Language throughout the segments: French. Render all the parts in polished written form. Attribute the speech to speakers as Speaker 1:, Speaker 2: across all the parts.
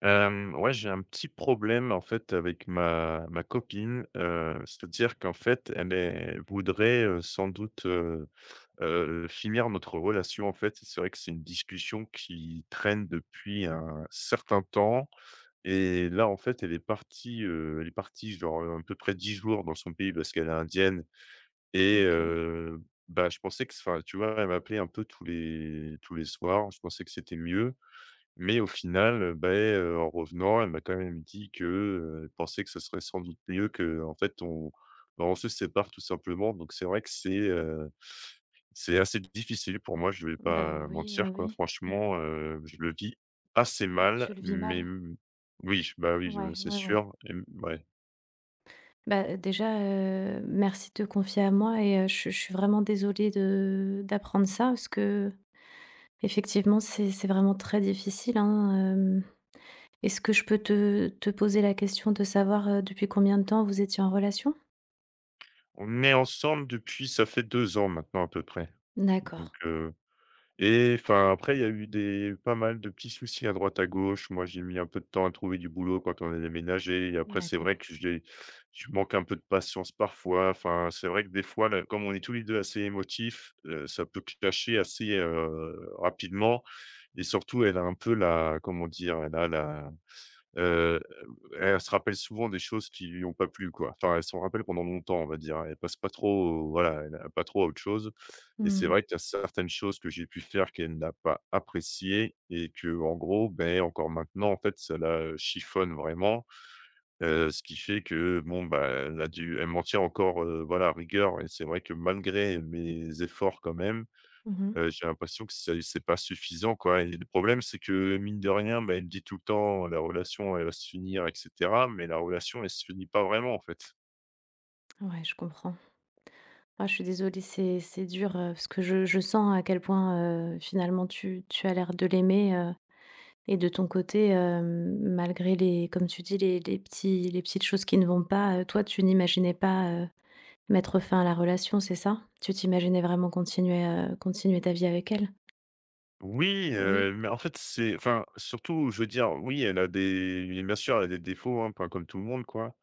Speaker 1: Ouais, j'ai un petit problème, en fait, avec ma copine, c'est-à-dire qu'en fait, elle est voudrait, sans doute, finir notre relation, en fait. C'est vrai que c'est une discussion qui traîne depuis un certain temps et là, en fait, elle est partie genre, à peu près 10 jours dans son pays parce qu'elle est indienne et
Speaker 2: OK.
Speaker 1: bah, je pensais que enfin, tu vois, elle m'appelait un peu tous les soirs. Je pensais que c'était mieux, mais au final, beh, en revenant, elle m'a quand même dit que, elle pensait que ce serait sans doute mieux que en fait on se sépare tout simplement. Donc c'est vrai que c'est assez difficile pour moi, je vais
Speaker 2: Bah
Speaker 1: pas
Speaker 2: oui, bah
Speaker 1: mentir quoi.
Speaker 2: oui.
Speaker 1: Franchement, je le vis assez mal,
Speaker 2: Tu le vis
Speaker 1: mais
Speaker 2: mal?
Speaker 1: oui, bah, oui,
Speaker 2: Ouais,
Speaker 1: c'est
Speaker 2: ouais, ouais.
Speaker 1: sûr et ouais.
Speaker 2: Bah, déjà, merci de te confier à moi et je suis vraiment désolée de d'apprendre ça parce que effectivement c'est vraiment très difficile, hein, hem. Est-ce que je peux te poser la question de savoir, depuis combien de temps vous étiez en relation?
Speaker 1: On est ensemble depuis ça fait 2 ans maintenant à peu près.
Speaker 2: D'accord,
Speaker 1: Donc Et enfin, après, il y a eu des pas mal de petits soucis à droite, à gauche. Moi, j'ai mis un peu de temps à trouver du boulot quand on a déménagé et après, c'est
Speaker 2: d'accord.
Speaker 1: vrai que j'ai je manque un peu de patience parfois. Enfin, c'est vrai que des fois, là, comme on est tous les 2 assez émotifs, ça peut clasher assez, rapidement et surtout, elle a un peu la comment dire? Elle a heu elle se rappelle souvent des choses qui lui ont pas plu, quoi. Enfin, elle s'en rappelle pendant longtemps, on va dire. Elle passe pas trop, voilà, elle a pas trop à autre chose
Speaker 2: Mmh
Speaker 1: et c'est
Speaker 2: mh.
Speaker 1: vrai qu'il y a certaines choses que j'ai pu faire qu'elle n'a pas appréciées et que en gros, ben encore maintenant, en fait, ça la chiffonne vraiment, ce qui fait que bon, bah, elle a dû elle m'en tient encore, voilà, rigueur et c'est vrai que malgré mes efforts quand même.
Speaker 2: Mmh.
Speaker 1: J'ai l'impression que c'est pas suffisant, quoi, et le problème, c'est que mine de rien, bah, elle me dit tout le temps: «La relation, elle va se finir etc.», mais la relation, elle se finit pas vraiment, en fait.
Speaker 2: Ouais, je comprends. Ah, je suis désolée, c'est dur, parce que je sens à quel point, finalement tu as l'air de l'aimer. Et de ton côté, hem, malgré les comme tu dis, les petits les petites choses qui ne vont pas, toi, tu n'imaginais pas, mettre fin à la relation, c'est ça? Tu t'imaginais vraiment continuer, continuer ta vie avec elle?
Speaker 1: Oui,
Speaker 2: Oui,
Speaker 1: mais en fait, c'est enfin, surtout, je veux dire, oui, elle a des oui, bien sûr, elle a des défauts, hein, pas comme tout le monde, quoi,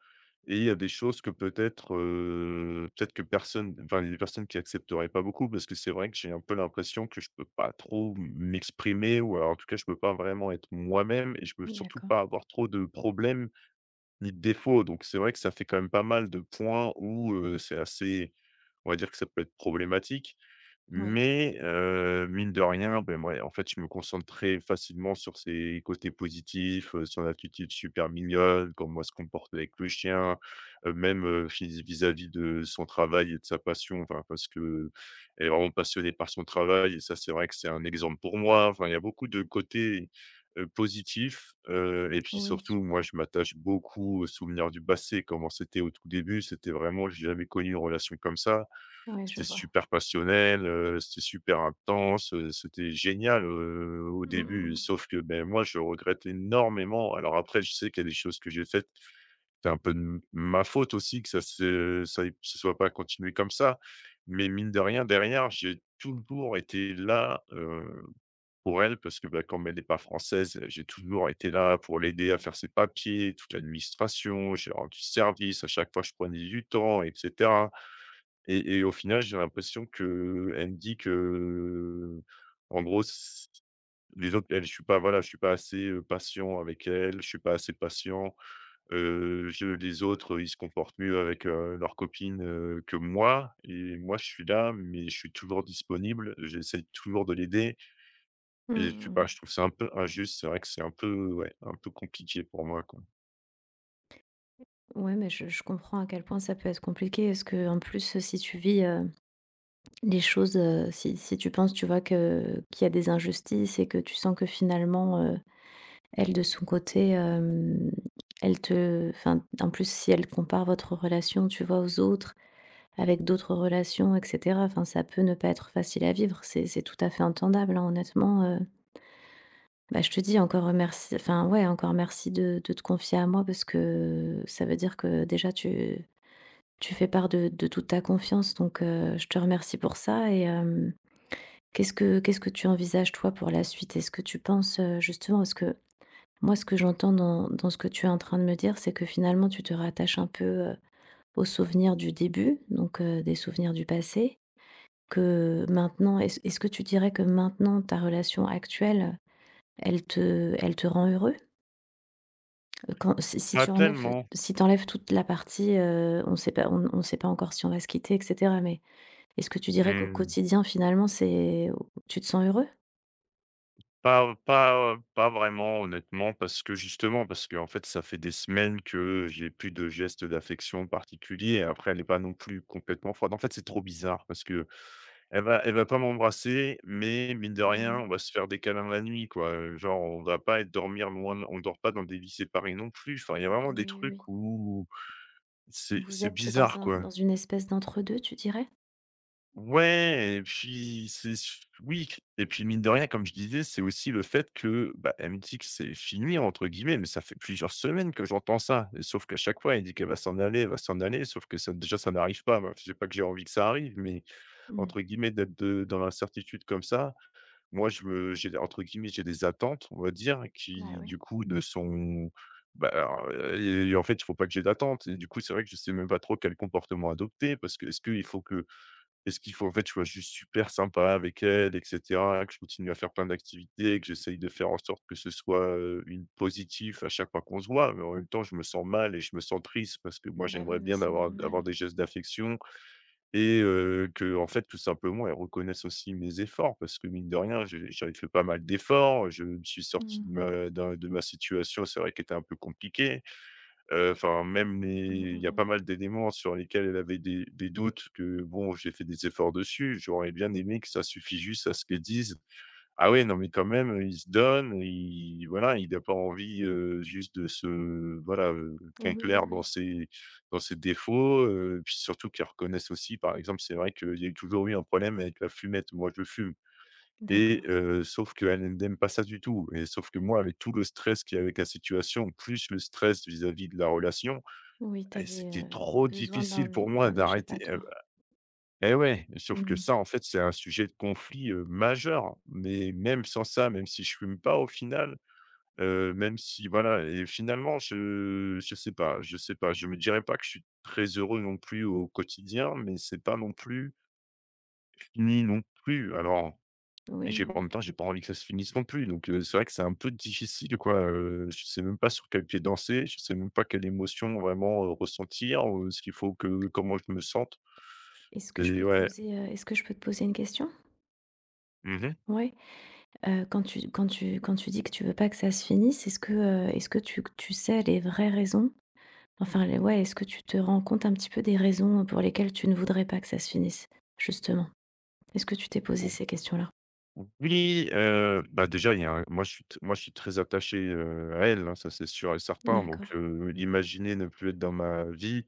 Speaker 1: et il y a des choses que peut-être que personne enfin, il y a des personnes qui accepteraient pas beaucoup parce que c'est vrai que j'ai un peu l'impression que je peux pas trop m'exprimer ou alors, en tout cas, je peux pas vraiment être moi-même et je peux surtout
Speaker 2: d'accord.
Speaker 1: pas avoir trop de problèmes ni de défaut. Donc c'est vrai que ça fait quand même pas mal de points où, c'est assez on va dire que ça peut être problématique.
Speaker 2: Oui,
Speaker 1: Mais mine de rien, ben moi, en fait, je me concentre très facilement sur ses côtés positifs, son attitude super mignonne, comment elle se comporte avec le chien, même, vis-à-vis de son travail et de sa passion. Enfin, parce qu'elle est vraiment passionnée par son travail et ça, c'est vrai que c'est un exemple pour moi. Enfin, il y a beaucoup de côtés, positifs, et puis
Speaker 2: oui,
Speaker 1: surtout, moi, je m'attache beaucoup aux souvenirs du passé, comment c'était au tout début. C'était vraiment j'ai jamais connu une relation comme ça,
Speaker 2: oui, je
Speaker 1: c'était
Speaker 2: vois.
Speaker 1: super passionnel, c'était super intense, c'était génial, au
Speaker 2: Mmh
Speaker 1: début.
Speaker 2: mh,
Speaker 1: Sauf que, ben moi, je regrette énormément. Alors après, je sais qu'il y a des choses que j'ai faites. C'est un peu de m ma faute aussi que ça se ça ait se soit pas continué comme ça. Mais mine de rien, derrière, j'ai toujours été là, pour elle parce que, bah, comme elle n'est pas française, j'ai toujours été là pour l'aider à faire ses papiers, toute l'administration. J'ai rendu service, à chaque fois, je prenais du temps etc. Et au final, j'ai l'impression qu'elle me dit que, en gros, s les autres, elle, je suis pas assez, patient avec elle, je suis pas assez patient. Je les autres, ils se comportent mieux avec, leurs copines, que moi, et moi, je suis là, mais je suis toujours disponible, j'essaie toujours de l'aider
Speaker 2: mmh. Mmh
Speaker 1: et je sais
Speaker 2: mh,
Speaker 1: pas,
Speaker 2: mmh.
Speaker 1: je trouve ça un peu injuste. C'est vrai que c'est un peu, ouais, un peu compliqué pour moi, quoi.
Speaker 2: Ouais, mais je comprends à quel point ça peut être compliqué. Est-ce que en plus, si tu vis, les choses, si tu penses, tu vois, que qu'il y a des injustices et que tu sens que finalement, elle, de son côté, elle te enfin, en plus, si elle compare votre relation, tu vois, aux autres, avec d'autres relations et cetera, enfin, ça peut ne pas être facile à vivre. C'est tout à fait entendable, hein, honnêtement, bah, je te dis merci enfin, ouais, encore merci de te confier à moi parce que ça veut dire que déjà tu fais part de toute ta confiance donc je te remercie pour ça et qu'est-ce que tu envisages toi pour la suite? Est-ce que tu penses, justement parce que moi, ce que j'entends dans ce que tu es en train de me dire, c'est que finalement, tu te rattaches un peu, aux souvenirs du début, donc des souvenirs du passé, que maintenant est-ce que tu dirais que maintenant, ta relation actuelle, elle te rend heureux? Quand si
Speaker 1: Pas
Speaker 2: tu enlèves,
Speaker 1: tellement.
Speaker 2: si t'enlèves toute la partie, on sait pas on sait pas encore si on va se quitter et cetera, mais est-ce que tu dirais qu'au
Speaker 1: Mmh.
Speaker 2: quotidien, finalement, c'est tu te sens heureux?
Speaker 1: Pas vraiment honnêtement parce que justement, parce que en fait, ça fait des semaines que j'ai plus de gestes d'affection particuliers. Après, elle est pas non plus complètement froide. En fait, c'est trop bizarre parce que elle va pas m'embrasser, mais mine de rien,
Speaker 2: Mmh.
Speaker 1: on va se faire des câlins la nuit, quoi. Genre, on va pas être dormir loin on dort pas dans des lits séparés non plus. Enfin, il y a vraiment des
Speaker 2: Oui, oui.
Speaker 1: trucs où c'est
Speaker 2: Vous
Speaker 1: c'est
Speaker 2: êtes dans
Speaker 1: bizarre,
Speaker 2: un
Speaker 1: quoi.
Speaker 2: dans une espèce d'entre-deux, tu dirais?
Speaker 1: Ouais, et puis c'est su oui, et puis mine de rien, comme je disais, c'est aussi le fait que, bah, elle me dit que «c'est fini» entre guillemets, mais ça fait plusieurs semaines que j'entends ça, et sauf qu'à chaque fois, elle dit qu'elle va s'en aller, elle va s'en aller, sauf que ça déjà ça n'arrive pas. Moi, je sais pas que j'ai envie que ça arrive, mais
Speaker 2: Mmh.
Speaker 1: entre guillemets d'être de dans l'incertitude comme ça, moi je me j'ai entre guillemets, j'ai des attentes, on va dire,
Speaker 2: Bah,
Speaker 1: qui
Speaker 2: oui.
Speaker 1: du coup ne sont bah, alors, et en fait, il faut pas que j'ai d'attentes, et du coup, c'est vrai que je sais même pas trop quel comportement adopter parce que est ce qu'il faut, en fait, que je sois juste super sympa avec elle, etc., que je continue à faire plein d'activités, que j'essaye de faire en sorte que ce soit, une positive à chaque fois qu'on se voit. Mais en même temps, je me sens mal et je me sens triste parce que moi,
Speaker 2: Bah,
Speaker 1: j'aimerais
Speaker 2: oui, mais
Speaker 1: bien
Speaker 2: c'est
Speaker 1: d'avoir
Speaker 2: normal.
Speaker 1: avoir des gestes d'affection et que en fait, tout simplement, elle reconnaisse aussi mes efforts parce que mine de rien, j'avais fait pas mal d'efforts. Je me suis sorti
Speaker 2: Mmh.
Speaker 1: de ma d'un de ma situation, c'est vrai, qu'elle était un peu compliquée. Enfin, même
Speaker 2: Mmh,
Speaker 1: les il
Speaker 2: mmh
Speaker 1: y a
Speaker 2: mh.
Speaker 1: pas mal d'éléments sur lesquels elle avait des doutes que bon, j'ai fait des efforts dessus. J'aurais bien aimé que ça suffise juste à ce qu'elle dise: «Ah ouais, non mais quand même, il se donne, il voilà, il n'a pas envie, juste de se voilà,
Speaker 2: Oui, oui,
Speaker 1: qu'on dans
Speaker 2: oui.
Speaker 1: ses dans ses défauts», puis surtout qu'il reconnaisse aussi, par exemple, c'est vrai qu'il y a eu toujours eu un problème avec la fumette. Moi, je fume et
Speaker 2: D'accord.
Speaker 1: sauf qu'elle, elle n'aime pas ça du tout et sauf que moi, avec tout le stress qu'il y a avec la situation, plus le stress vis-à-vis de la relation
Speaker 2: Oui, tu
Speaker 1: et
Speaker 2: avais
Speaker 1: c'était trop
Speaker 2: besoin
Speaker 1: difficile
Speaker 2: d'un é
Speaker 1: pour moi
Speaker 2: d'un
Speaker 1: d'arrêter.
Speaker 2: échappatoire.
Speaker 1: Eh ouais, sauf que
Speaker 2: Mmh.
Speaker 1: ça, en fait, c'est un sujet de conflit, majeur, mais même sans ça, même si je fume pas au final, même si voilà et finalement je sais pas je sais pas. Je me dirais pas que je suis très heureux non plus au quotidien, mais c'est pas non plus fini non plus. Alors et
Speaker 2: Oui, oui,
Speaker 1: j'ai pas en
Speaker 2: oui.
Speaker 1: même temps, j'ai pas envie que ça se finisse non plus, donc c'est vrai que c'est un peu difficile quoi, je sais même pas sur quel pied danser, je sais même pas quelle émotion vraiment, ressentir, ou ce qu'il faut que comment je me sente,
Speaker 2: Est-ce que je
Speaker 1: et
Speaker 2: peux te
Speaker 1: ouais.
Speaker 2: poser, est-ce que je peux te poser une question?
Speaker 1: Mmh mh.
Speaker 2: Ouais. Quand tu quand tu dis que tu veux pas que ça se finisse, est-ce que tu sais les vraies raisons? Enfin, les ouais, est-ce que tu te rends compte un petit peu des raisons pour lesquelles tu ne voudrais pas que ça se finisse, justement? Est-ce que tu t'es posé
Speaker 1: Ou
Speaker 2: ces questions-là?
Speaker 1: oui, bah, déjà il y a un moi je suis très attaché, à elle, hein, ça c'est sûr et certain,
Speaker 2: D'accord.
Speaker 1: donc imaginer ne plus être dans ma vie.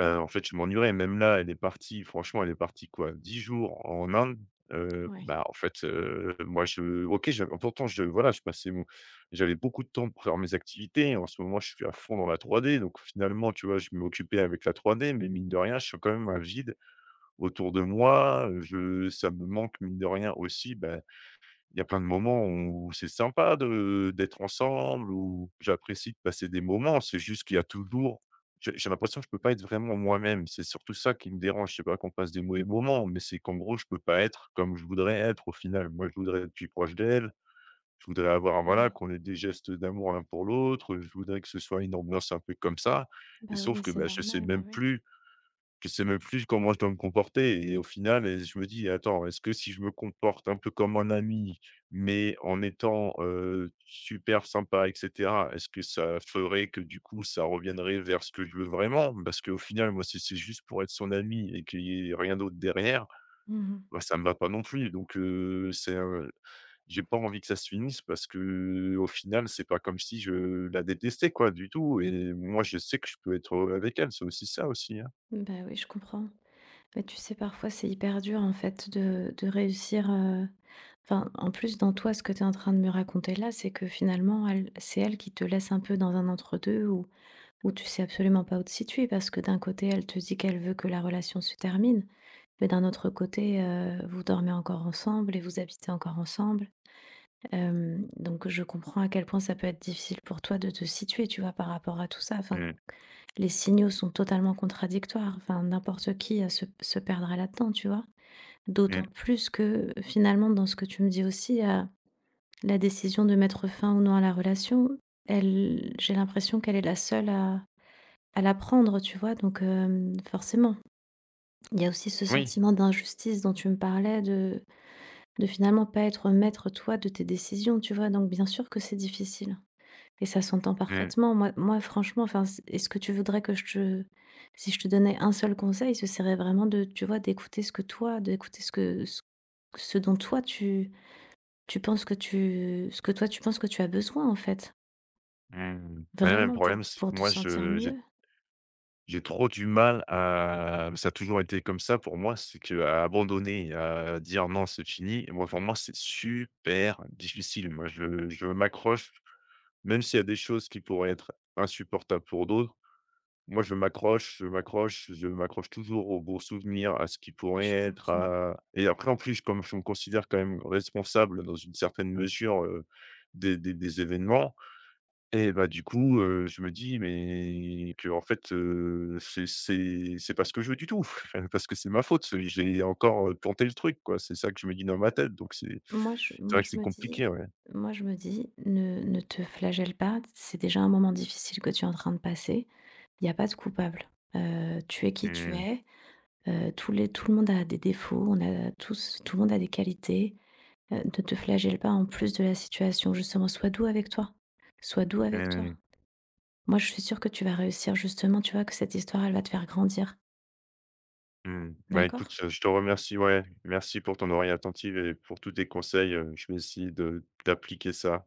Speaker 1: En fait, je m'ennuierais. Même là, elle est partie franchement, elle est partie quoi? 10 jours en Inde,
Speaker 2: Ouais,
Speaker 1: bah, en fait, moi je OK, j'av pourtant je voilà, je passais mon j'avais beaucoup de temps pour faire mes activités. En ce moment, je suis à fond dans la 3D, donc finalement, tu vois, je m'occupais avec la 3D, mais mine de rien, je sens quand même un vide autour de moi, je ça me manque mine de rien aussi, bah il y a plein de moments où c'est sympa de d'être ensemble, où j'apprécie de passer des moments. C'est juste qu'il y a toujours j'ai l'impression que je peux pas être vraiment moi-même. C'est surtout ça qui me dérange. C'est pas qu'on passe des mauvais moments, mais c'est qu'en gros, je peux pas être comme je voudrais être au final. Moi, je voudrais être plus proche d'elle. Je voudrais avoir voilà,
Speaker 2: oui.
Speaker 1: qu'on ait des gestes d'amour l'un pour l'autre. Je voudrais que ce soit une ambiance un peu comme ça
Speaker 2: Bah,
Speaker 1: et
Speaker 2: oui,
Speaker 1: sauf
Speaker 2: mais
Speaker 1: que,
Speaker 2: c'est
Speaker 1: bah,
Speaker 2: normal, bah, oui.
Speaker 1: je sais même plus comment je dois me comporter et au final, je me dis: «Attends, est-ce que si je me comporte un peu comme un ami, mais en étant, super sympa etc., est-ce que ça ferait que du coup ça reviendrait vers ce que je veux vraiment?» parce qu'au final, moi, si c'est juste pour être son ami et qu'il y ait rien d'autre derrière,
Speaker 2: Mmh.
Speaker 1: bah, ça me va pas non plus donc c'est un j'ai pas envie que ça se finisse parce que au final, c'est pas comme si je la détestais quoi, du tout, et moi, je sais que je peux être, avec elle. C'est aussi ça aussi, hein.
Speaker 2: Bah, oui, je comprends. Mais tu sais, parfois, c'est hyper dur, en fait, de réussir, enfin, en plus, ce que tu es en train de me raconter là, c'est que finalement, elle c'est elle qui te laisse un peu dans un entre-deux où tu sais absolument pas où te situer parce que d'un côté, elle te dit qu'elle veut que la relation se termine, mais d'un autre côté, vous dormez encore ensemble et vous habitez encore ensemble. Hem, donc je comprends à quel point ça peut être difficile pour toi de te situer, tu vois, par rapport à tout ça. Enfin
Speaker 1: Mmh,
Speaker 2: les signaux sont totalement contradictoires. Enfin, n'importe qui, se perdrait là-dedans, tu vois? D'autant
Speaker 1: mmh,
Speaker 2: plus que, finalement, dans ce que tu me dis aussi, la décision de mettre fin ou non à la relation, elle j'ai l'impression qu'elle est la seule à la prendre, tu vois? Donc, hem, forcément, il y a aussi ce
Speaker 1: oui.
Speaker 2: sentiment d'injustice dont tu me parlais de finalement pas être maître, toi, de tes décisions, tu vois? Donc bien sûr que c'est difficile. Et ça s'entend
Speaker 1: Mmh,
Speaker 2: parfaitement. Moi franchement, enfin, c est-ce que tu voudrais que je te si je te donnais un seul conseil, ce serait vraiment de, tu vois, d'écouter ce que toi d'écouter ce que ce dont toi tu penses que tu ce que toi tu penses que tu as besoin, en fait.
Speaker 1: mmh. Ouais, mais le
Speaker 2: Vraiment pour
Speaker 1: problème, c'est
Speaker 2: pour
Speaker 1: que
Speaker 2: te
Speaker 1: moi,
Speaker 2: sentir
Speaker 1: je
Speaker 2: mieux.
Speaker 1: j'ai trop du mal à ça a toujours été comme ça pour moi, c'est qu'à abandonner, à dire: «Non, c'est fini», moi, pour moi, c'est super difficile. Moi, je m'accroche, même s'il y a des choses qui pourraient être insupportables pour d'autres, moi, je m'accroche, je m'accroche, je m'accroche toujours aux bons souvenirs, à ce qui pourrait
Speaker 2: Je
Speaker 1: être,
Speaker 2: comprends.
Speaker 1: à et après, en plus, comme je me considère quand même responsable dans une certaine mesure, des événements. Et bah, du coup, je me dis: «Mais qu'en fait, c'est pas ce que je veux du tout, enfin, parce que c'est ma faute, j'ai encore, planté le truc, quoi». C'est ça que je me dis dans ma tête, donc
Speaker 2: Moi je
Speaker 1: c'est
Speaker 2: moi
Speaker 1: vrai que
Speaker 2: je
Speaker 1: c'est
Speaker 2: me dis
Speaker 1: compliqué, ouais.
Speaker 2: moi je me dis: «Ne te flagelle pas, c'est déjà un moment difficile que tu es en train de passer. Il n'y a pas de coupable. Tu es qui tu
Speaker 1: Mmh,
Speaker 2: es». Tous les tout le monde a des défauts, on a tous tout le monde a des qualités. Ne te flagelle pas en plus de la situation justement, sois doux avec toi, sois doux avec toi.
Speaker 1: mmh,
Speaker 2: Moi, je suis sûre que tu vas réussir justement, tu vois? Que cette histoire, elle va te faire grandir,
Speaker 1: mmh. Bah, écoute,
Speaker 2: d'accord?
Speaker 1: je te remercie, ouais, merci pour ton oreille attentive et pour tous tes conseils, je vais essayer de d'appliquer ça.